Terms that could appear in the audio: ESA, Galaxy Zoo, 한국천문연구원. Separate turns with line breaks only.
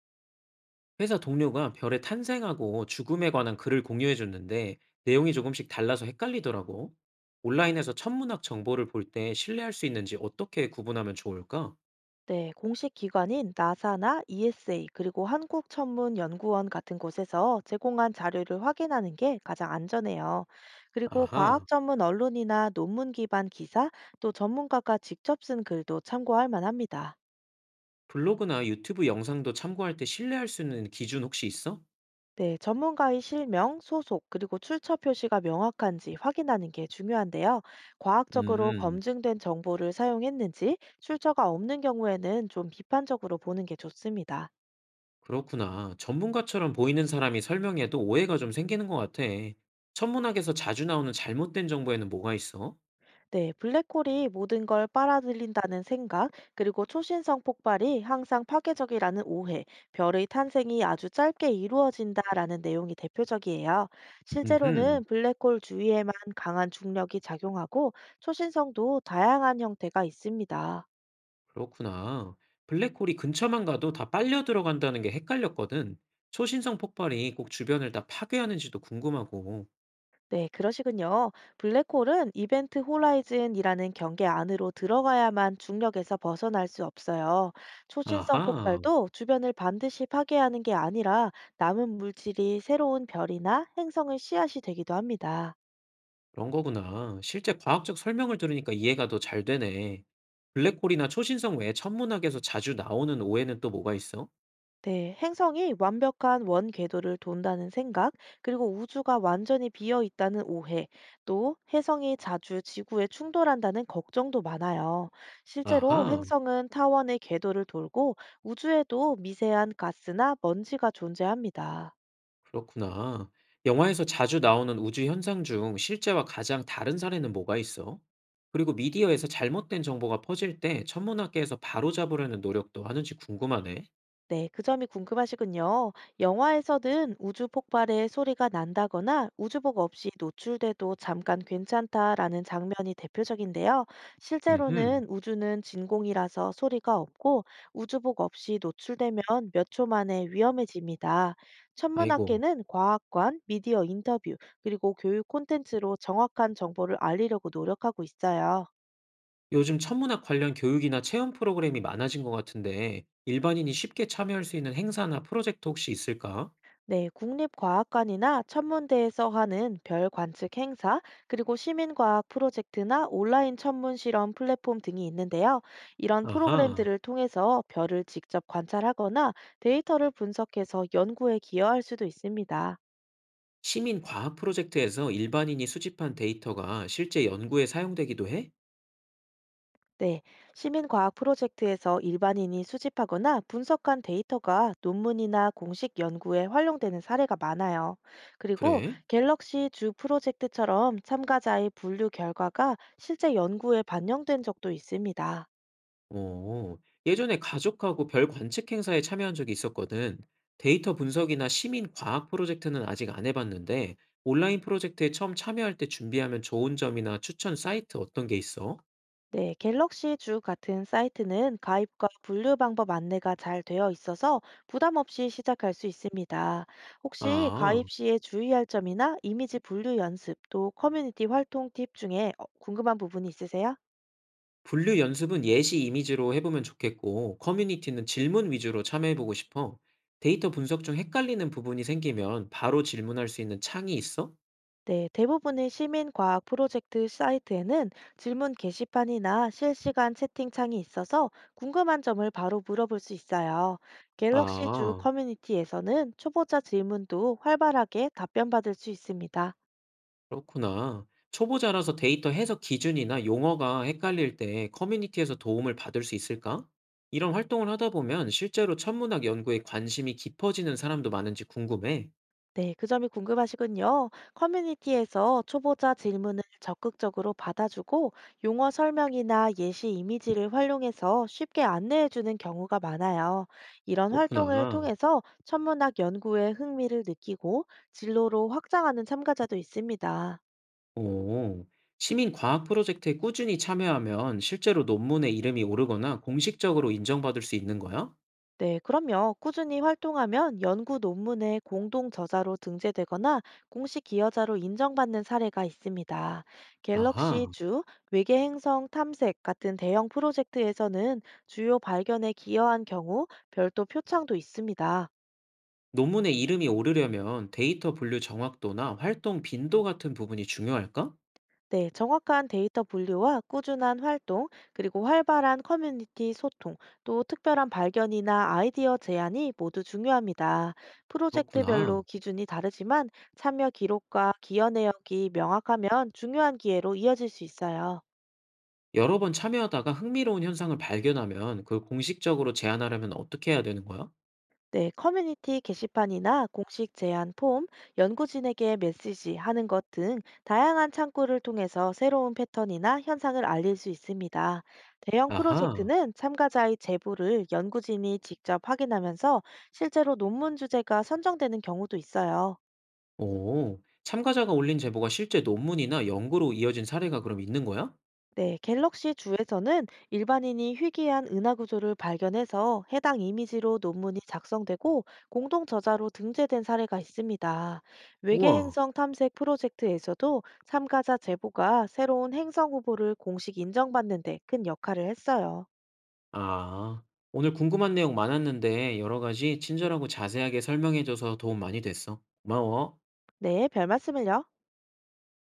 회사 동료가 별의 탄생하고 죽음에 관한 글을 공유해 줬는데 내용이 조금씩 달라서 헷갈리더라고. 온라인에서 천문학 정보를 볼 때 신뢰할 수 있는지 어떻게 구분하면 좋을까?
네, 공식 기관인 나사나 ESA 그리고 한국천문연구원 같은 곳에서 제공한 자료를 확인하는 게 가장 안전해요. 그리고 과학
아하,
전문 언론이나 논문 기반 기사, 또 전문가가 직접 쓴 글도 참고할 만합니다.
블로그나 유튜브 영상도 참고할 때 신뢰할 수 있는 기준 혹시 있어?
네, 전문가의 실명, 소속, 그리고 출처 표시가 명확한지 확인하는 게 중요한데요. 과학적으로
음,
검증된 정보를 사용했는지, 출처가 없는 경우에는 좀 비판적으로 보는 게 좋습니다.
그렇구나. 전문가처럼 보이는 사람이 설명해도 오해가 좀 생기는 것 같아. 천문학에서 자주 나오는 잘못된 정보에는 뭐가 있어?
네, 블랙홀이 모든 걸 빨아들인다는 생각, 그리고 초신성 폭발이 항상 파괴적이라는 오해, 별의 탄생이 아주 짧게 이루어진다라는 내용이 대표적이에요.
음흠.
실제로는 블랙홀 주위에만 강한 중력이 작용하고 초신성도 다양한 형태가 있습니다.
그렇구나. 블랙홀이 근처만 가도 다 빨려 들어간다는 게 헷갈렸거든. 초신성 폭발이 꼭 주변을 다 파괴하는지도 궁금하고.
네, 그러시군요. 블랙홀은 이벤트 호라이즌이라는 경계 안으로 들어가야만 중력에서 벗어날 수 없어요. 초신성
아하,
폭발도 주변을 반드시 파괴하는 게 아니라 남은 물질이 새로운 별이나 행성의 씨앗이 되기도 합니다.
그런 거구나. 실제 과학적 설명을 들으니까 이해가 더 잘 되네. 블랙홀이나 초신성 외에 천문학에서 자주 나오는 오해는 또 뭐가 있어?
네, 행성이 완벽한 원 궤도를 돈다는 생각, 그리고 우주가 완전히 비어 있다는 오해, 또 혜성이 자주 지구에 충돌한다는 걱정도 많아요. 실제로
아하,
행성은 타원의 궤도를 돌고 우주에도 미세한 가스나 먼지가 존재합니다.
그렇구나. 영화에서 자주 나오는 우주 현상 중 실제와 가장 다른 사례는 뭐가 있어? 그리고 미디어에서 잘못된 정보가 퍼질 때 천문학계에서 바로잡으려는 노력도 하는지 궁금하네.
네, 그 점이 궁금하시군요. 영화에서는 우주 폭발에 소리가 난다거나 우주복 없이 노출돼도 잠깐 괜찮다라는 장면이 대표적인데요.
음흠.
실제로는 우주는 진공이라서 소리가 없고 우주복 없이 노출되면 몇 초 만에 위험해집니다.
아이고.
천문학계는 과학관, 미디어 인터뷰, 그리고 교육 콘텐츠로 정확한 정보를 알리려고 노력하고 있어요.
요즘 천문학 관련 교육이나 체험 프로그램이 많아진 것 같은데, 일반인이 쉽게 참여할 수 있는 행사나 프로젝트 혹시 있을까?
네, 국립과학관이나 천문대에서 하는 별 관측 행사, 그리고 시민과학 프로젝트나 온라인 천문 실험 플랫폼 등이 있는데요. 이런
아하.
프로그램들을 통해서 별을 직접 관찰하거나 데이터를 분석해서 연구에 기여할 수도 있습니다.
시민 과학 프로젝트에서 일반인이 수집한 데이터가 실제 연구에 사용되기도 해?
네, 시민과학 프로젝트에서 일반인이 수집하거나 분석한 데이터가 논문이나 공식 연구에 활용되는 사례가 많아요. 그리고
그래?
갤럭시 주 프로젝트처럼 참가자의 분류 결과가 실제 연구에 반영된 적도 있습니다.
어. 예전에 가족하고 별 관측 행사에 참여한 적이 있었거든. 데이터 분석이나 시민 과학 프로젝트는 아직 안 해봤는데, 온라인 프로젝트에 처음 참여할 때 준비하면 좋은 점이나 추천 사이트 어떤 게 있어?
네, 갤럭시 주 같은 사이트는 가입과 분류 방법 안내가 잘 되어 있어서 부담 없이 시작할 수 있습니다. 혹시
아.
가입 시에 주의할 점이나 이미지 분류 연습 또 커뮤니티 활동 팁 중에 궁금한 부분이 있으세요?
분류 연습은 예시 이미지로 해보면 좋겠고, 커뮤니티는 질문 위주로 참여해보고 싶어. 데이터 분석 중 헷갈리는 부분이 생기면 바로 질문할 수 있는 창이 있어?
네, 대부분의 시민과학 프로젝트 사이트에는 질문 게시판이나 실시간 채팅창이 있어서 궁금한 점을 바로 물어볼 수 있어요. 갤럭시 주
아,
커뮤니티에서는 초보자 질문도 활발하게 답변받을 수 있습니다.
그렇구나. 초보자라서 데이터 해석 기준이나 용어가 헷갈릴 때 커뮤니티에서 도움을 받을 수 있을까? 이런 활동을 하다 보면 실제로 천문학 연구에 관심이 깊어지는 사람도 많은지 궁금해.
네, 그 점이 궁금하시군요. 커뮤니티에서 초보자 질문을 적극적으로 받아주고 용어 설명이나 예시 이미지를 활용해서 쉽게 안내해주는 경우가 많아요. 이런 활동을
그렇구나.
통해서 천문학 연구에 흥미를 느끼고 진로로 확장하는 참가자도 있습니다.
오, 시민 과학 프로젝트에 꾸준히 참여하면 실제로 논문에 이름이 오르거나 공식적으로 인정받을 수 있는 거야?
네, 그럼요. 꾸준히 활동하면 연구 논문에 공동 저자로 등재되거나 공식 기여자로 인정받는 사례가 있습니다. 갤럭시
아하,
주, 외계 행성 탐색 같은 대형 프로젝트에서는 주요 발견에 기여한 경우 별도 표창도 있습니다.
논문에 이름이 오르려면 데이터 분류 정확도나 활동 빈도 같은 부분이 중요할까?
네, 정확한 데이터 분류와 꾸준한 활동, 그리고 활발한 커뮤니티 소통, 또 특별한 발견이나 아이디어 제안이 모두 중요합니다. 프로젝트별로
그렇구나.
기준이 다르지만 참여 기록과 기여 내역이 명확하면 중요한 기회로 이어질 수 있어요.
여러 번 참여하다가 흥미로운 현상을 발견하면 그걸 공식적으로 제안하려면 어떻게 해야 되는 거야?
네, 커뮤니티 게시판이나 공식 제안 폼, 연구진에게 메시지 하는 것 등 다양한 창구를 통해서 새로운 패턴이나 현상을 알릴 수 있습니다. 대형
아하,
프로젝트는 참가자의 제보를 연구진이 직접 확인하면서 실제로 논문 주제가 선정되는 경우도 있어요.
오, 참가자가 올린 제보가 실제 논문이나 연구로 이어진 사례가 그럼 있는 거야?
네, 갤럭시 주에서는 일반인이 희귀한 은하 구조를 발견해서 해당 이미지로 논문이 작성되고 공동 저자로 등재된 사례가 있습니다. 외계
우와.
행성 탐색 프로젝트에서도 참가자 제보가 새로운 행성 후보를 공식 인정받는 데 큰 역할을 했어요.
아, 오늘 궁금한 내용 많았는데 여러 가지 친절하고 자세하게 설명해줘서 도움 많이 됐어. 고마워.
네, 별 말씀을요.